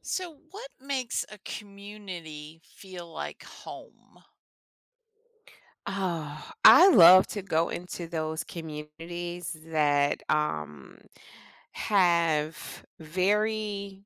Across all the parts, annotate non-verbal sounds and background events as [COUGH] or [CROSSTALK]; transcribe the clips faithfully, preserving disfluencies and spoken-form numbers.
So, what makes a community feel like home? Oh, I love to go into those communities that um, have very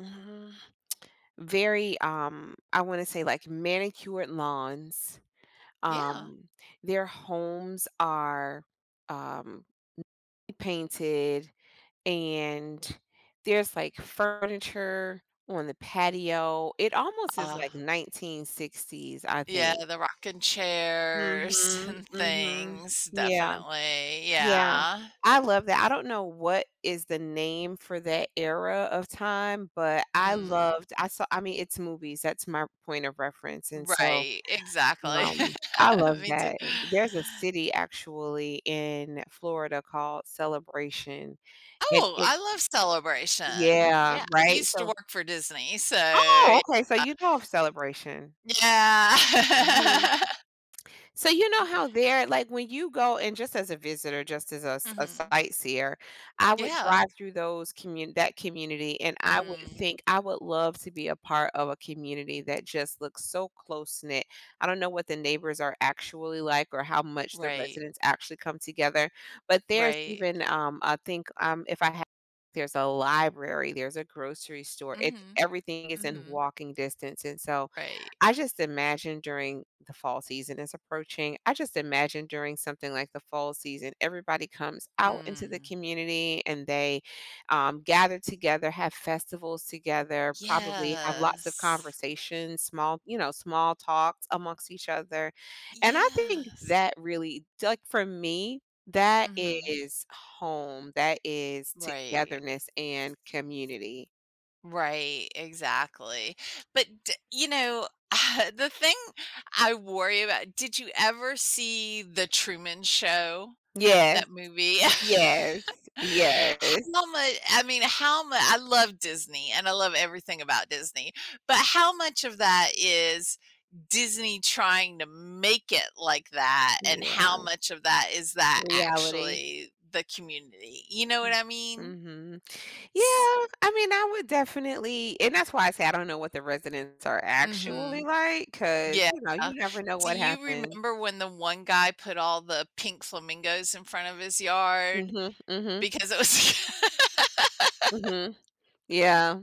mm, very, um, I wanna say, like, manicured lawns. Yeah. Um, their homes are, um, painted, and there's, like, furniture on the patio. It almost is Uh, like nineteen sixties, I yeah, think. the rocking chairs [LAUGHS] Mhm, and mhm. things, Yeah, definitely. yeah. Yeah. I love that. I don't know what is the name for that era of time, but I Mm, loved I saw I mean, it's movies, that's my point of reference, and so, right. Exactly. um, I [LAUGHS] love Me too. that. There's a city actually in Florida called Celebration, and Oh, it I love Celebration. Yeah, Yeah. I right? used to So work for Disney. So, oh, yeah. okay, so you know of Celebration. Yeah. Mhm. So you know how there like, when you go and just as a visitor, just as a [LAUGHS] s a Hmm. sightseer, I would Yeah. drive through those commun that community, and I would Mm, think I would love to be a part of a community that just looks so close-knit. I don't know what the neighbors are actually like or how much the right. residents actually come together, but there's Right. even, um, I think, um, if I had there's a library, there's a grocery store, it's Hmm. everything is in Hmm. walking distance, and so Right. I just imagine during the fall season is approaching, I just imagine during something like the fall season, everybody comes out into the Mm. community and they um, gather together, have festivals together, probably have lots of Yes. conversations, small, you know, small talks amongst each other. And I think Yes. that really, like for me, that Mhm. is home, that is Right. togetherness and community. Right, exactly. But, d you know, [LAUGHS] the thing I worry about, did you ever see The Truman Show? That Yes, movie. [LAUGHS] yes, How yes. much I mean, how much? I love Disney, and I love everything about Disney, but how much of that is Disney trying to make it like that, and how Yeah. much of that is that Reality. actually the community? You know what Mm. I mean? Mhm. Yeah, S I mean, I would definitely and that's why I say I don't know what the residents are actually Mhm. like, because Yeah. you know, you never know Do what you happens. remember when the one guy put all the pink flamingos in front of his yard Mhm, mhm, because it was. mhm. Yeah.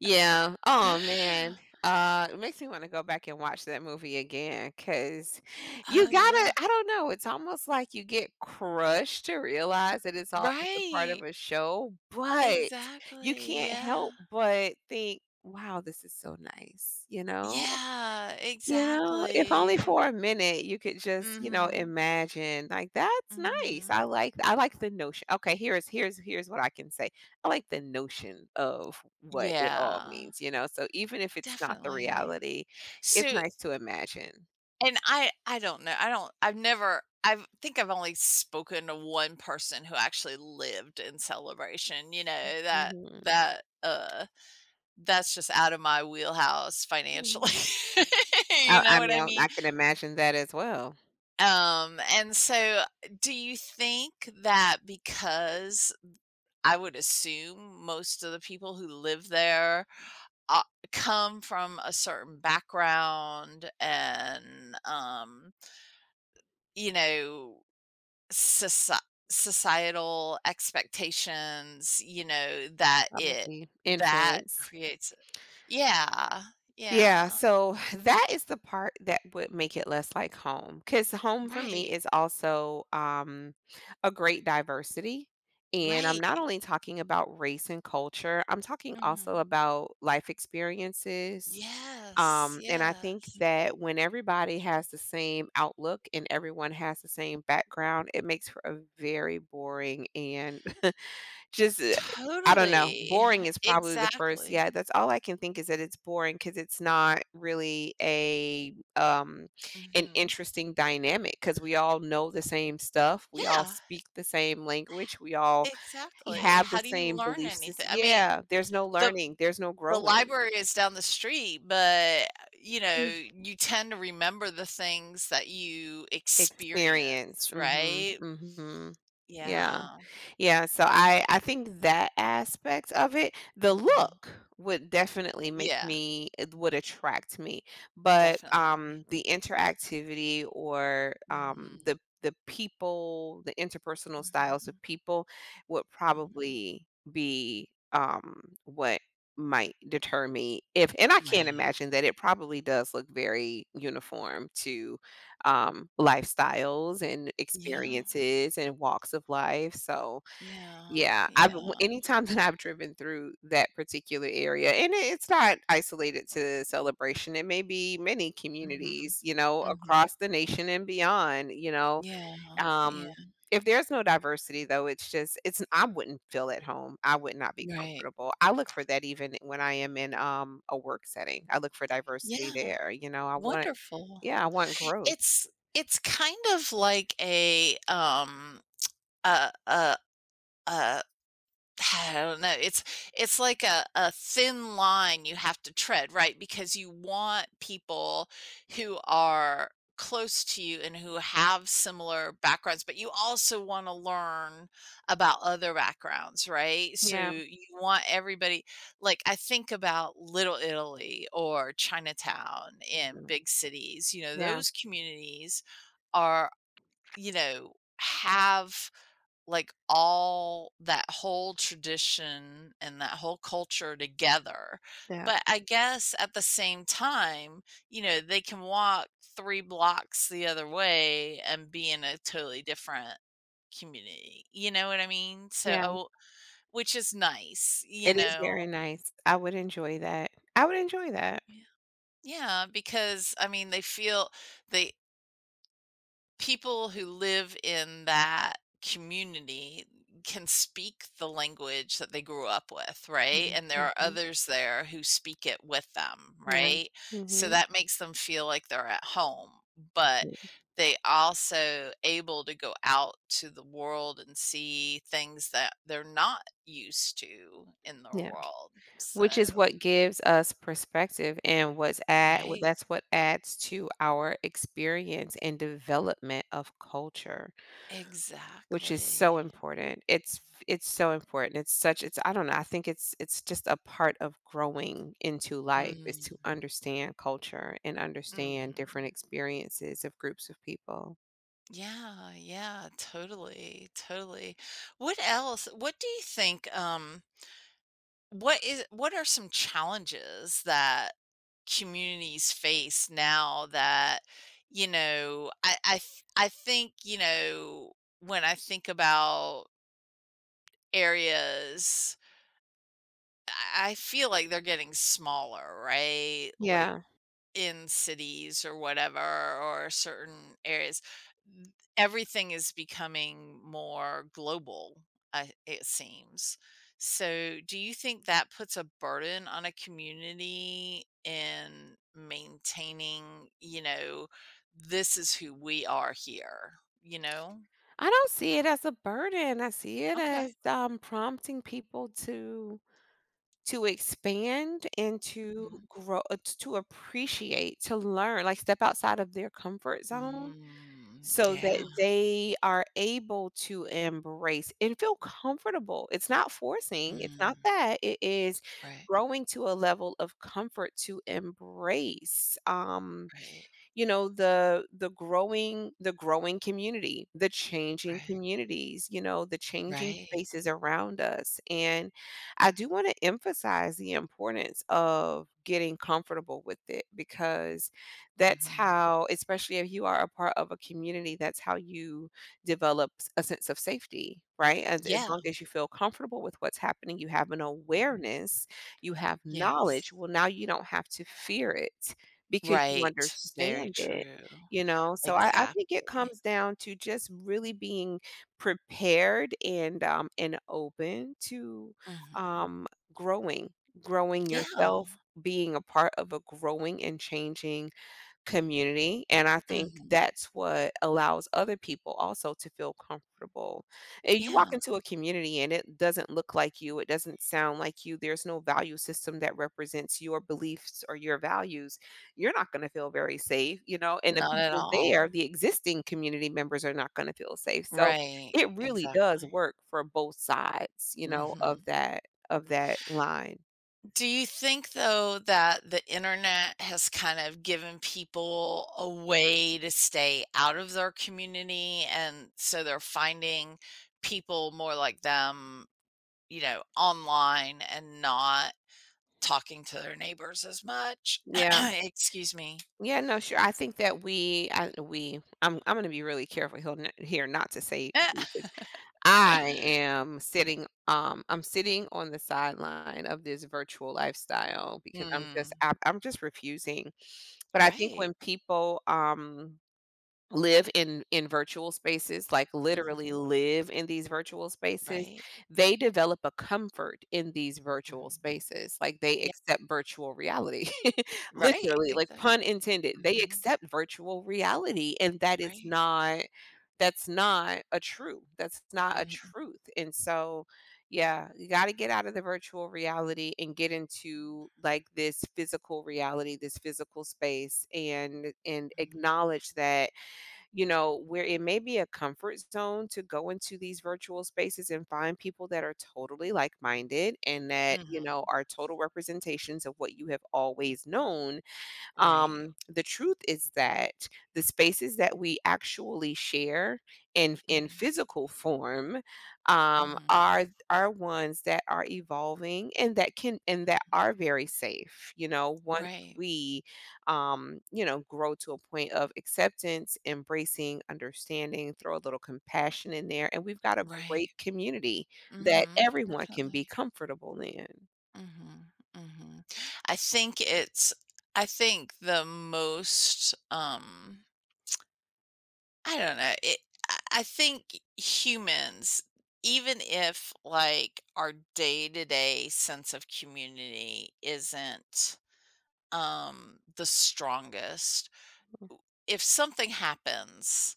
Yeah. Oh, [LAUGHS] man. Uh, it makes me wanna go back and watch that movie again. Cause you Oh, yeah. gotta I don't know, it's almost like you get crushed to realize that it's all just a part Right. of a show, but you Exactly. can't Yeah. help but think, "Wow, this is so nice," you know? Yeah, You know, if only exactly. for a minute you could just, you know, Mhm. imagine like that's nice. I Mhm. like I like the notion. Okay, here's here's here's what I can say. I like the notion of what it all Yeah, means, you know. So even if it's not the definitely. reality, it's So, nice to imagine. and I I don't know. I don't. I've never. I think I've only spoken to one person who actually lived in Celebration, you know, that Mhm, that, uh, that's just out of my wheelhouse financially. mhm. [LAUGHS] You I know I what mean, I mean? I can imagine that as well. Um, and so, do you think that because I would assume most of the people who live there, uh, come from a certain background and, um, you know, soci societal expectations, you know, that it Probably that influence. creates. Yeah, Yeah, yeah. so that is the part that would make it less like home, because home for me Right, is also, um, a great diversity, and I'm not right. only talking about race and culture, I'm talking also Mhm. about life experiences, Yes, um, and I think yes. that when everybody has the same outlook and everyone has the same background, it makes for a very boring and just, uh, I don't know, Totally. boring is probably the first Exactly. yeah, that's all I can think is that it's boring because it's not really a, um, an Mhm. interesting dynamic. Because we all know the same stuff, we all Yeah, speak the same language, we all exactly. have the How do you same learn belief sys anything? I mean, yeah, there's no the learning, there's no the growing. library is down the street, but, you know, Mm. you tend to remember the things that you experience, Experience. Mhm, right? mhm. Yeah. Yeah. Yeah, so I I think that aspect of it, the Mhm. look would definitely make Yeah, me it would attract me. But definitely. um the interactivity or um Mhm. the the people, the interpersonal styles Mhm. of people would Mhm. probably be um what might deter me if and I can't Right. imagine that it probably does look very uniform to um lifestyles and Yeah. experiences and walks of life. So Yeah. yeah, I've w Yeah. anytime that I've driven through that particular area, and it it's not isolated to Celebration, it may be many Mhm. communities, you know, Mhm. across the nation and beyond, you know, Yeah. um, Yeah. if there's no diversity, though, it's just it's I wouldn't feel at home, I would not be Right. comfortable. I look for that even when I am in, um, a work setting, I look for diversity Yeah. there, you know, I want Wonderful. yeah, I want growth. It's it's kind of like a, um, a a a I don't know. It's it's like a a thin line you have to tread, right? Because you want people who are close to you and who have similar backgrounds, but you also want to learn about other backgrounds, right? So Yeah, you want everybody, like, I think about Little Italy or Chinatown in mhm, big cities. You know, yeah, those communities are, you know, have, like, all that whole tradition and that whole culture together. yeah, But I guess at the same time, you know, they can walk three blocks the other way and be in a totally different community, you know what I mean? So, yeah. oh, which is nice, you It is know? very nice. I would enjoy that. I would enjoy that. Yeah. Yeah, because, I mean, they feel they people who live in that community can speak the language that they grew up with, right? Mhm, And there are mhm. others there who speak it with them, Yeah. right? So Mhm. that makes them feel like they're at home, but Yeah. they also able to go out to the world and see things that they're not used to in the Yeah. world. Which is So, what gives us perspective and what's add well, right. that's what adds to our experience and development of culture, which is Exactly. so important. It's it's so important. It's such it's I don't know, I think it's it's just a part of growing into life is to Mm. understand culture and understand Mhm. different experiences of groups of people. Yeah, yeah, totally, totally. What else? What do you think? Um, what is what are some challenges that communities face now that, you know, I I th- I think, you know, when I think about areas, I I feel like they're getting smaller, right? Like Yeah. in cities or whatever, or certain areas, th- everything is becoming more global, I it seems. So, do you think that puts a burden on a community in maintaining, you know this is who we are here, you know? I don't see it as a burden. I see it Okay. as um, prompting people to to expand and to Mhm. grow, uh, t- to appreciate, to learn, like step outside of their comfort zone, Mm, so yeah. that they are able to embrace and feel comfortable. It's not forcing. It's not Mm. that. It is Right. growing to a level of comfort to embrace. Um, right. you know the the growing the growing community the changing Right. communities you know the changing Right. spaces around us and I do want to emphasize the importance of getting comfortable with it because that's Hmm. how especially if you are a part of a community that's how you develop s- a sense of safety right as, as Yeah. long as you feel comfortable with what's happening you have an awareness you have Yes. knowledge well now you don't have to fear it because you Right, very understand it, true. you know? So I, I think it Exactly. comes down to just really being prepared and um, and open to Mhm. um, growing, growing Yeah. yourself, being a part of a growing and changing community, and I think Mhm. that's what allows other people also to feel comfortable. If you walk Yeah. into a community and it doesn't look like you, it doesn't sound like you, there's no value system that represents your beliefs or your values, you're not gonna feel very safe, you know, and the Not at people all. there, the existing community members are not gonna feel safe. So, Right, it really does exactly. work for both sides, you know, of Mhm. that of that line. Do you think though that the internet has kind of given people a way to stay out of their community, and so they're finding people more like them, you know, online and not talking to their neighbors as much? [CLEARS THROAT] Yeah. Excuse me. Yeah, no, sure. I think that we, I, we, I'm, I'm going to be really careful he n- here not to say we, 'cause [LAUGHS] I am sitting, um, I'm sitting on the sideline of this virtual lifestyle because I'm just, Mm, I, I'm just refusing. But I think right. when people, um, live in in virtual spaces, like literally Mhm. live in these virtual spaces, Right. they develop a comfort in these virtual Mhm. spaces. Like they Yeah, accept virtual reality. [LAUGHS] right. Literally, like Exactly. pun intended, they Mhm, accept virtual reality and that is right. not that's not a true. That's not a Mhm. truth. And so, yeah, you got to get out of the virtual reality and get into like this physical reality, this physical space and and acknowledge that you know, where it may be a comfort zone to go into these virtual spaces and find people that are totally like minded and that, you Mhm. know, are total representations of what you have always known Right. um, the truth is that the spaces that we actually share in in Mhm, physical form um, mhm, are are ones that are evolving and that can and that mhm. are very safe. You know, once Right, we um, you know, grow to a point of acceptance, embracing, understanding, throw a little compassion in there, and we've got a right. great community that Mhm, everyone can be definitely. comfortable in. Mhm, mhm. I think it's I think the most, um I don't know, it I I think humans, even if, like, our day-to-day sense of community isn't um the strongest, if something happens,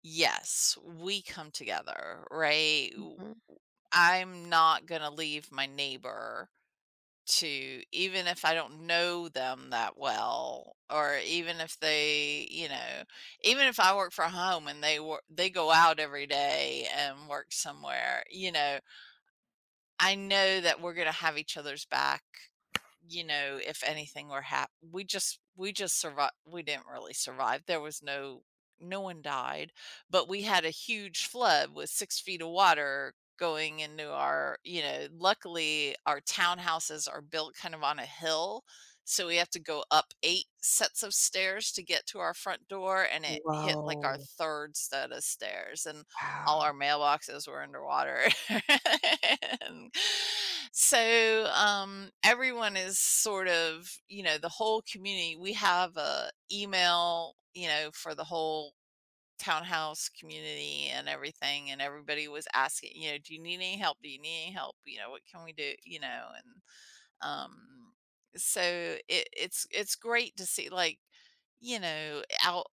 yes, we come together, right? Mhm. I i'm not going to leave my neighbor, to, even if I don't know them that well, or even if they, you know, even if I work from home and they work they go out every day and work somewhere, you know, I know that we're going to have each other's back. You know, if anything were hap we just we just survived. We didn't really survive. There was no, no one died, but we had a huge flood with six feet of water going into our, you know, luckily our townhouses are built kind of on a hill. So we have to go up eight sets of stairs to get to our front door, and it hit like our Wow. third set of stairs. And all Wow. our mailboxes were underwater. [LAUGHS] And so, um, everyone is sort of, you know, the whole community. We have a email, you know, for the whole townhouse community and everything, and everybody was asking, you know, do you need any help, do you need any help, you know, what can we do, you know. And, um, so it it's it's great to see, like, you know, out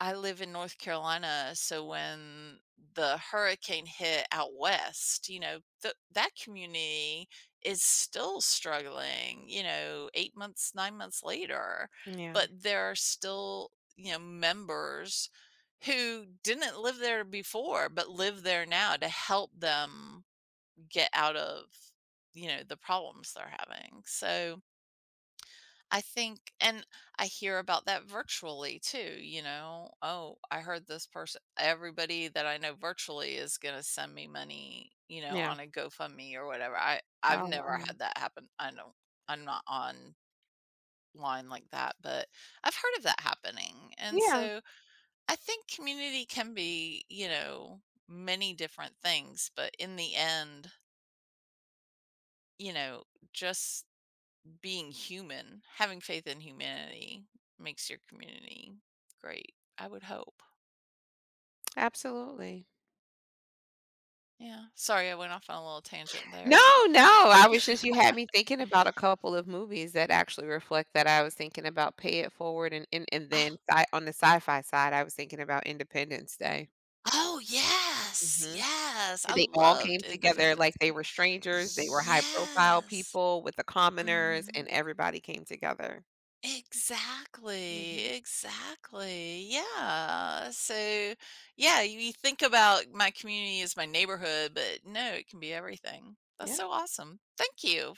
I live in North Carolina, so when the hurricane hit out west, you know, th- that community is still struggling, you know, eight months, nine months later, Yeah. but there are still, you know, members who didn't live there before but live there now to help them get out of, you know, the problems they're having. So I think, and I hear about that virtually too, you know. Oh, I heard this person, everybody that I know virtually is going to send me money, you know, Yeah. on a GoFundMe or whatever. I i've Oh, never wow. had that happen. i don't I'm not online like that, but I've heard of that happening. And Yeah, so I think community can be, you know, many different things, but in the end, you know, just being human, having faith in humanity makes your community great, I would hope. absolutely. Yeah. Sorry, I went off on a little tangent No, there. no, I was just you had me thinking about a couple of movies that actually reflect that. I was thinking about Pay It Forward and and and Oh, then sci on the sci-fi side, I was thinking about Independence Day. oh, yes. Mhm. Yes. I They all loved came together like Independence they Day. were strangers, they were high profile Yes. people with the commoners, and Mhm. everybody came together. Exactly. Mhm. Exactly. Yeah. So, yeah, you you think about my community as my neighborhood, but no, it can be everything. That's so Yeah. awesome. Thank you.